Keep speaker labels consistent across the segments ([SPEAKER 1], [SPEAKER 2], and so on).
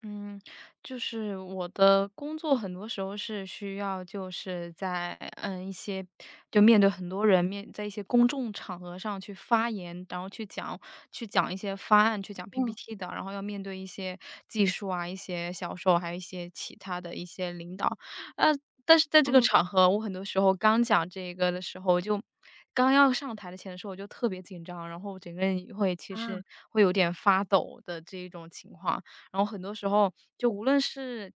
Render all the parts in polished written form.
[SPEAKER 1] 嗯，就是我的工作很多时候是需要，就是在一些就面对很多人面，在一些公众场合上去发言，然后去讲一些方案，去讲
[SPEAKER 2] 嗯
[SPEAKER 1] PPT 的，然后要面对一些技术啊、一些销售，还有一些其他的一些领导。呃，但是在这个
[SPEAKER 2] 嗯，
[SPEAKER 1] 场合，我很多时候刚讲这个的时候就。刚要上台的前的时候，我就特别紧张，然后整个人会其实
[SPEAKER 2] 啊，
[SPEAKER 1] 会有点发抖的这一种情况。然后很多时候就无论是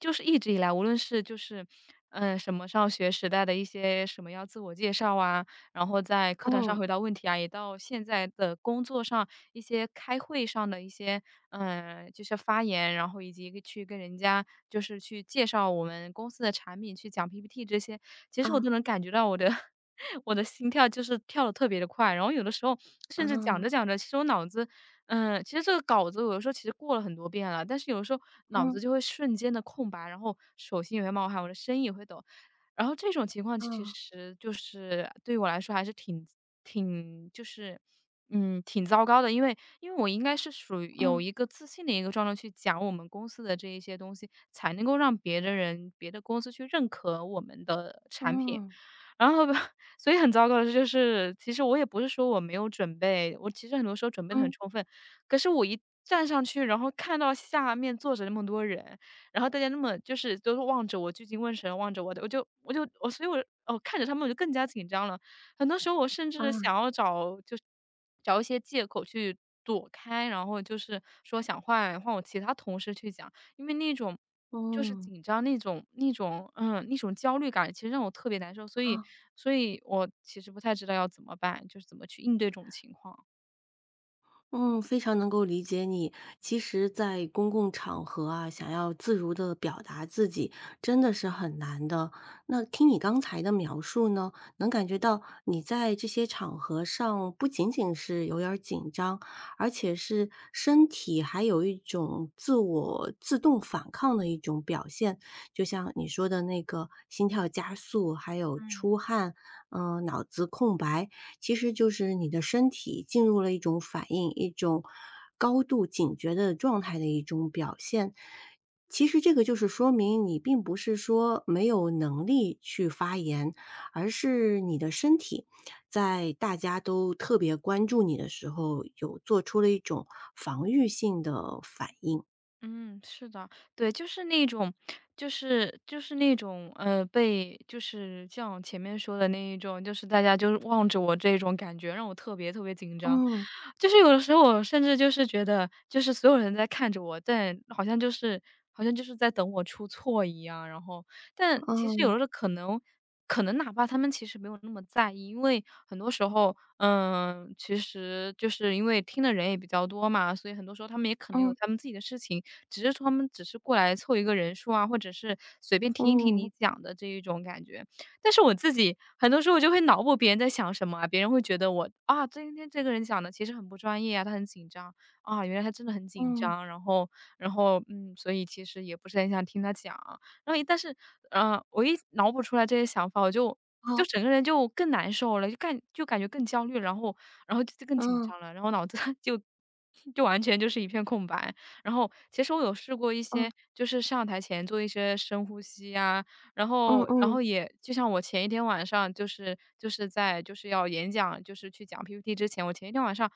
[SPEAKER 1] 就是一直以来，无论是什么上学时代的一些什么要自我介绍啊，然后在课堂上
[SPEAKER 2] 嗯。
[SPEAKER 1] 回答问题啊，也到现在的工作上一些开会上的一些，就是发言，然后以及去跟人家就是去介绍我们公司的产品，去讲 PPT 这些，其实我都
[SPEAKER 2] 啊，
[SPEAKER 1] 能感觉到我的 我的心跳就是跳的特别的快，然后有的时候甚至讲着
[SPEAKER 2] 啊，
[SPEAKER 1] 讲着，其实我脑子其实这个稿子有的时候其实过了很多遍了，但是有的时候脑子
[SPEAKER 2] 嗯，
[SPEAKER 1] 就会瞬间的空白，然后手心也会冒汗，我的声音也会抖。然后这种情况其
[SPEAKER 2] 啊。
[SPEAKER 1] 实就是对于我来说还是挺挺就是嗯挺糟糕的，因为我应该是属于有
[SPEAKER 2] 嗯，
[SPEAKER 1] 一个自信的一个状态去讲我们公司的这一些东西，才能够让别的人别的公司去认可我们的产品。
[SPEAKER 2] 嗯，
[SPEAKER 1] 然后吧，所以很糟糕的是，就是，其实我也不是说我没有准备，我其实很多时候准备的很
[SPEAKER 2] 嗯，
[SPEAKER 1] 充分，可是我一站上去，然后看到下面坐着那么多人，然后大家那么就是都是望着我聚精会神望着我的，我就我就我所以我哦看着他们我就更加紧张了。很多时候我甚至想
[SPEAKER 2] 啊，
[SPEAKER 1] 要找一些借口去躲开，然后就是说想换换我其他同事去讲。因为那种就是
[SPEAKER 2] 嗯。
[SPEAKER 1] 紧张那种焦虑感，其实让我特别难受，所以
[SPEAKER 2] 啊。
[SPEAKER 1] 所以我其实不太知道要怎么办，就是怎么去应对这种情况。
[SPEAKER 2] 嗯，非常能够理解你。其实，在公共场合啊，想要自如的表达自己，真的是很难的。那听你刚才的描述呢，能感觉到你在这些场合上不仅仅是有点儿紧张，而且是身体还有一种自我自动反抗的一种表现。就像你说的那个心跳加速，还有
[SPEAKER 1] 嗯。
[SPEAKER 2] 出汗，嗯、脑子空白，其实就是你的身体进入了一种反应，一种高度警觉的状态的一种表现。其实这个就是说明你并不是说没有能力去发言，而是你的身体在大家都特别关注你的时候，有做出了一种防御性的反应。
[SPEAKER 1] 嗯，是的，对，就是那种，就是那种，被就是像前面说的那一种，就是大家就是望着我这种感觉，让我特别特别紧张。
[SPEAKER 2] 嗯，
[SPEAKER 1] 就是有的时候我甚至就是觉得，就是所有人在看着我，但好像就是在等我出错一样。然后，但其实有的
[SPEAKER 2] 嗯，
[SPEAKER 1] 时候可能哪怕他们其实没有那么在意，因为很多时候，其实就是因为听的人也比较多嘛，所以很多时候他们也可能有
[SPEAKER 2] 嗯，
[SPEAKER 1] 他们自己的事情。只是说他们只是过来凑一个人数啊，或者是随便听一听你
[SPEAKER 2] 嗯，
[SPEAKER 1] 讲的这一种感觉。但是我自己很多时候我就会脑补别人在想什么啊，别人会觉得我啊，今天这个人讲的其实很不专业啊，他很紧张啊，原来他真的很紧
[SPEAKER 2] 嗯，
[SPEAKER 1] 张，然后所以其实也不是很想听他讲。然后一但是呃，我一脑补出来这些想法，我就
[SPEAKER 2] 好，
[SPEAKER 1] 整个人就更难受了，就感觉更焦虑，然后就更紧
[SPEAKER 2] 嗯，
[SPEAKER 1] 张了，然后脑子 就完全就是一片空白。然后其实我有试过一
[SPEAKER 2] 嗯，
[SPEAKER 1] 些，就是上台前做一些深呼吸呀，然
[SPEAKER 2] 嗯，
[SPEAKER 1] 后然
[SPEAKER 2] 嗯，
[SPEAKER 1] 后也就像我前一天晚上就是在就是要演讲，就是去讲 PPT 之前，我前一天晚上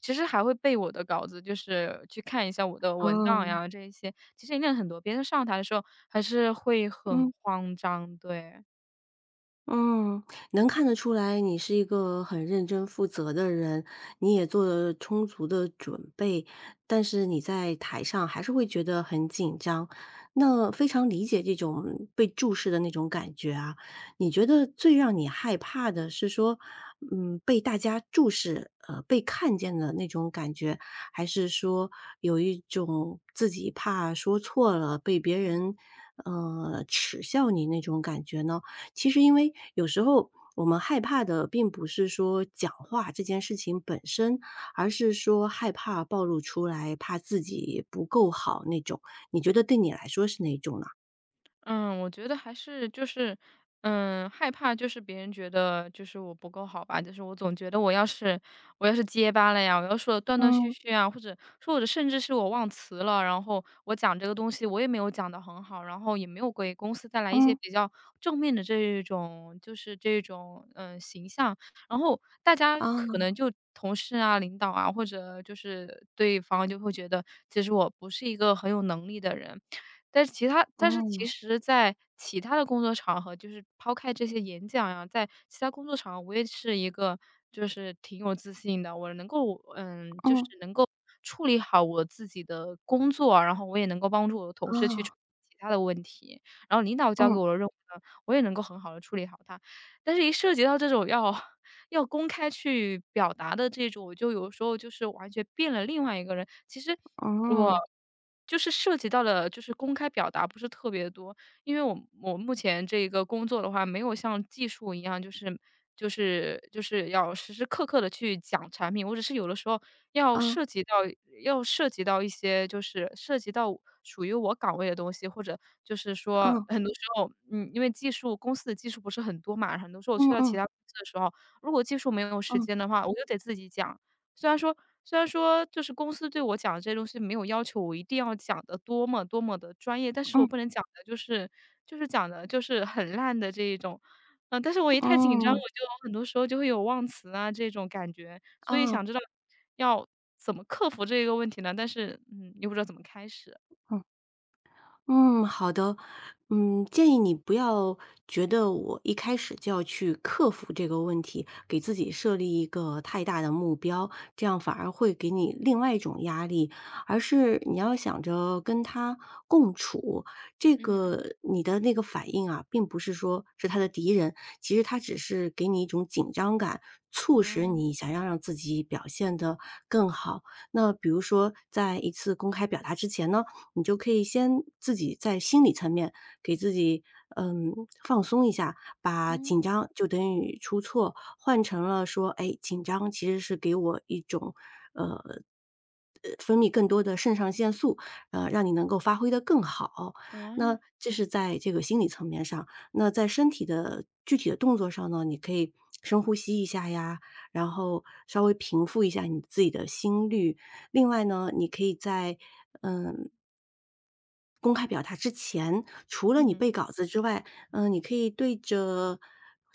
[SPEAKER 1] 其实还会背我的稿子，就是去看一下我的文档
[SPEAKER 2] 嗯，
[SPEAKER 1] 呀这一些，其实也练了很多别人上台的时候还是会很
[SPEAKER 2] 嗯。
[SPEAKER 1] 慌张，对。
[SPEAKER 2] 嗯，能看得出来你是一个很认真负责的人，你也做了充足的准备，但是你在台上还是会觉得很紧张，那非常理解这种被注视的那种感觉啊。你觉得最让你害怕的是说，嗯，被大家注视，被看见的那种感觉，还是说有一种自己怕说错了，被别人，耻笑你那种感觉呢？其实因为有时候我们害怕的并不是说讲话这件事情本身，而是说害怕暴露出来，怕自己不够好那种。你觉得对你来说是哪种呢？
[SPEAKER 1] 嗯，我觉得还是就是，害怕就是别人觉得就是我不够好吧，就是我总觉得我要是结巴了呀，我要说的断断续
[SPEAKER 2] 嗯
[SPEAKER 1] 续啊，或者说我的甚至是我忘词了，然后我讲这个东西我也没有讲得很好，然后也没有给公司带来一些
[SPEAKER 2] 嗯
[SPEAKER 1] 比较正面的这一种就是这种形象，然后大家可
[SPEAKER 2] 啊，
[SPEAKER 1] 能就同事啊、领导啊，或者就是对方就会觉得其实我不是一个很有能力的人，但是其他但是其
[SPEAKER 2] 嗯
[SPEAKER 1] 实在其他的工作场合，就是抛开这些演讲呀，在其他工作场合，我也是一个就是挺有自信的，我能够就是
[SPEAKER 2] 嗯
[SPEAKER 1] 能够处理好我自己的工作啊，然后我也能够帮助我的同事去处
[SPEAKER 2] 啊，
[SPEAKER 1] 理其他的问题，然后领导交给
[SPEAKER 2] 嗯
[SPEAKER 1] 我的任务呢，我也能够很好的处理好它。但是一涉及到这种要 要公开去表达的这种，我就有时候就是完全变了另外一个人。其实
[SPEAKER 2] 嗯
[SPEAKER 1] 我
[SPEAKER 2] 嗯
[SPEAKER 1] 就是涉及到了，就是公开表达不是特别多，因为我目前这个工作的话，没有像技术一样，就是要时时刻刻的去讲产品，我只是有的时候要
[SPEAKER 2] 啊，
[SPEAKER 1] 涉及到要涉及到一些，就是涉及到属于我岗位的东西，或者就是说
[SPEAKER 2] 嗯
[SPEAKER 1] 很多时候，因为技术公司的技术不是很多嘛，很多时候我去到其
[SPEAKER 2] 嗯
[SPEAKER 1] 他公司的时候。如果技术没有时
[SPEAKER 2] 嗯
[SPEAKER 1] 间的话，我就得自己讲。虽然说虽然说就是公司对我讲的这些东西没有要求我一定要讲得多么多么的专业，但是我
[SPEAKER 2] 嗯
[SPEAKER 1] 不能讲的就是讲的就是很烂的这一种。但是我一太紧张，我
[SPEAKER 2] 嗯嗯。
[SPEAKER 1] 就很多时候就会有忘词啊这种感觉，所以想
[SPEAKER 2] 啊。
[SPEAKER 1] 知道要怎么克服这个问题呢？但是，又不知道怎么开始。
[SPEAKER 2] 嗯。嗯，好的。嗯，建议你不要觉得我一开始就要去克服这个问题，给自己设立一个太大的目标，这样反而会给你另外一种压力。而是你要想着跟他共处，这
[SPEAKER 1] 嗯，
[SPEAKER 2] 个你的那个反应啊，并不是说是他的敌人，其实他只是给你一种紧张感，促使
[SPEAKER 1] 嗯，
[SPEAKER 2] 你想要让自己表现得更好。那比如说，在一次公开表达之前呢，你就可以先自己在心理层面给自己，嗯，放松一下，把
[SPEAKER 1] 嗯，
[SPEAKER 2] 紧张就等于出错换成了说，哎，紧张其实是给我一种，分泌更多的肾上腺素，让你能够发挥得更好。那
[SPEAKER 1] 啊，
[SPEAKER 2] 这是在这个心理层面上，那在身体的具体的动作上呢，你可以深呼吸一下呀，然后稍微平复一下你自己的心率。另外呢，你可以在，嗯，公开表达之前，除了你
[SPEAKER 1] 嗯，
[SPEAKER 2] 背稿子之外，嗯，你可以对着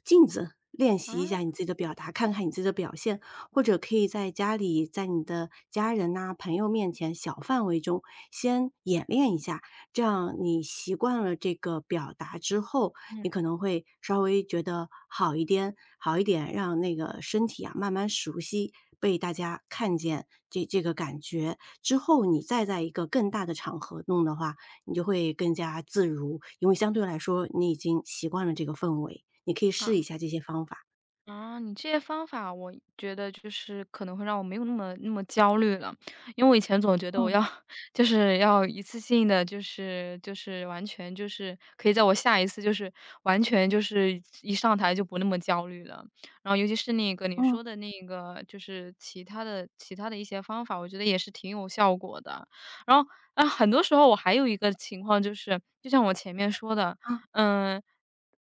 [SPEAKER 2] 镜子练习
[SPEAKER 1] 啊，
[SPEAKER 2] 一下你自己的表达，看看你自己的表现，或者可以在家里，在你的家人呐、朋友面前小范围中先演练一下，这样你习惯了这个表达之后，
[SPEAKER 1] 嗯，
[SPEAKER 2] 你可能会稍微觉得好一点，好一点，让那个身体啊慢慢熟悉被大家看见这个感觉之后，你再在一个更大的场合弄的话，你就会更加自如，因为相对来说你已经习惯了这个氛围，你可以试一
[SPEAKER 1] 啊。
[SPEAKER 2] 下这些方法。
[SPEAKER 1] 啊，你这些方法我觉得就是可能会让我没有那么那么焦虑了，因为我以前总觉得我
[SPEAKER 2] 嗯
[SPEAKER 1] 要 就是要一次性的，就是完全就是可以在我下一次就是完全就是一上台就不那么焦虑了。然后尤其是那个你
[SPEAKER 2] 嗯，
[SPEAKER 1] 说的那个就是其他的一些方法，我觉得也是挺有效果的。然后啊，很多时候我还有一个情况就是，就像我前面说的，
[SPEAKER 2] 嗯
[SPEAKER 1] 嗯。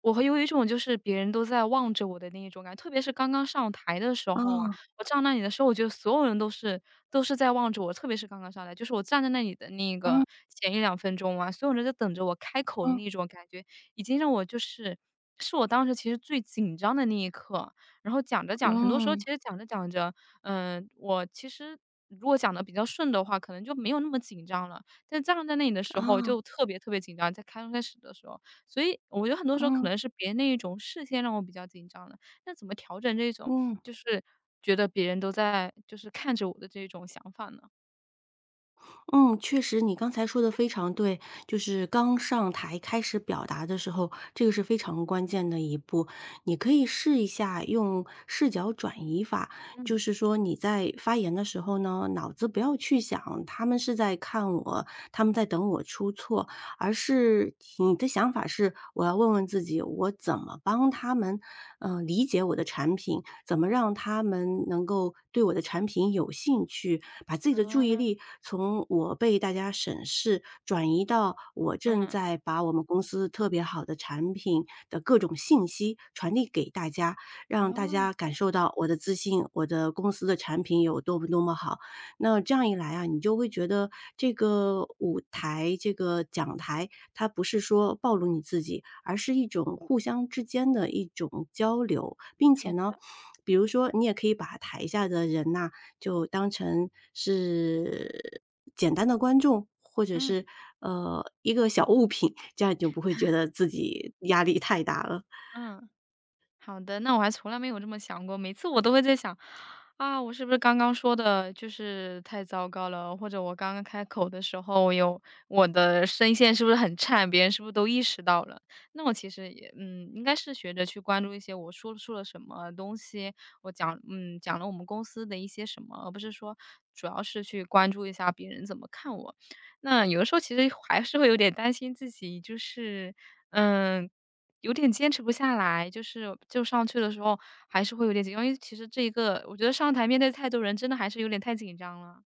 [SPEAKER 1] 我会有一种就是别人都在望着我的那一种感觉，特别是刚刚上台的时候啊，
[SPEAKER 2] 啊，
[SPEAKER 1] 我站那里的时候，我觉得所有人都是在望着我，特别是刚刚上来，就是我站在那里的那个
[SPEAKER 2] 嗯
[SPEAKER 1] 前一两分钟啊，所有人都在等着我开口的
[SPEAKER 2] 嗯
[SPEAKER 1] 那种感觉，已经让我就是是我当时其实最紧张的那一刻。然后讲着讲着，很多时候
[SPEAKER 2] 嗯，
[SPEAKER 1] 其实讲着讲着，我其实如果讲的比较顺的话，可能就没有那么紧张了。但站在那里的时候，
[SPEAKER 2] 啊，
[SPEAKER 1] 就特别特别紧张，在刚开始的时候。所以我觉得很多时候可
[SPEAKER 2] 嗯
[SPEAKER 1] 能是别人那一种视线让我比较紧张的，那怎么调整这种
[SPEAKER 2] 嗯。
[SPEAKER 1] 就是觉得别人都在就是看着我的这种想法呢？
[SPEAKER 2] 嗯，确实，你刚才说的非常对，就是刚上台开始表达的时候，这个是非常关键的一步。你可以试一下用视角转移法，
[SPEAKER 1] 嗯。
[SPEAKER 2] 就是说你在发言的时候呢，脑子不要去想他们是在看我，他们在等我出错，而是你的想法是我要问问自己，我怎么帮他们，嗯，理解我的产品，怎么让他们能够对我的产品有兴趣，把自己的注意
[SPEAKER 1] 啊，
[SPEAKER 2] 力从我被大家审视，转移到我正
[SPEAKER 1] 嗯。
[SPEAKER 2] 在把我们公司特别好的产品的各种信息传递给大家，让大
[SPEAKER 1] 哦，
[SPEAKER 2] 家感受到我的自信，我的公司的产品有多么多么好。那这样一来啊，你就会觉得这个舞台、这个讲台，它不是说暴露你自己，而是一种互相之间的一种交流，并
[SPEAKER 1] 好
[SPEAKER 2] 且呢，
[SPEAKER 1] 的
[SPEAKER 2] 比如说，你也可以把台下的人呐，就当成是简单的观众，或者是，
[SPEAKER 1] 嗯
[SPEAKER 2] 一个小物品，这样你就不会觉得自己压力太大了。
[SPEAKER 1] 嗯。好的，那我还从来没有这么想过。每次我都会在想，啊，我是不是刚刚说的就是太糟糕了，或者我刚刚开口的时候有我的声线是不是很颤，别人是不是都意识到了？那我其实也，应该是学着去关注一些我说出了什么东西，我讲，讲了我们公司的一些什么，而不是说主要是去关注一下别人怎么看我。那有的时候其实还是会有点担心自己，就是，嗯，有点坚持不下来，就是就上去的时候还是会有点紧张，因为其实这一个我觉得上台面对太多人，真的还是有点太紧张了。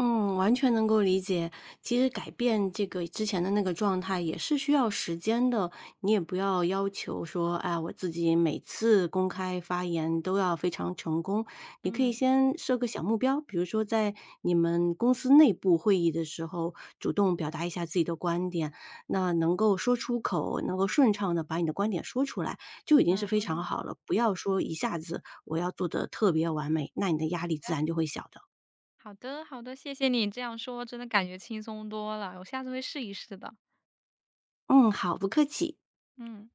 [SPEAKER 2] 嗯，完全能够理解。其实改变这个之前的那个状态也是需要时间的，你也不要要求说，哎，我自己每次公开发言都要非常成功。你可以
[SPEAKER 1] 嗯，
[SPEAKER 2] 先设个小目标，比如说在你们公司内部会议的时候，主动表达一下自己的观点，那能够说出口，能够顺畅的把你的观点说出来，就已经是非
[SPEAKER 1] 嗯。
[SPEAKER 2] 常好了。不要说一下子我要做的特别完美，那你的压力自然就会小的。
[SPEAKER 1] 好的好的，谢谢你这样说，真的感觉轻松多了，我下次会试一试的。
[SPEAKER 2] 嗯，好，不客气。
[SPEAKER 1] 嗯。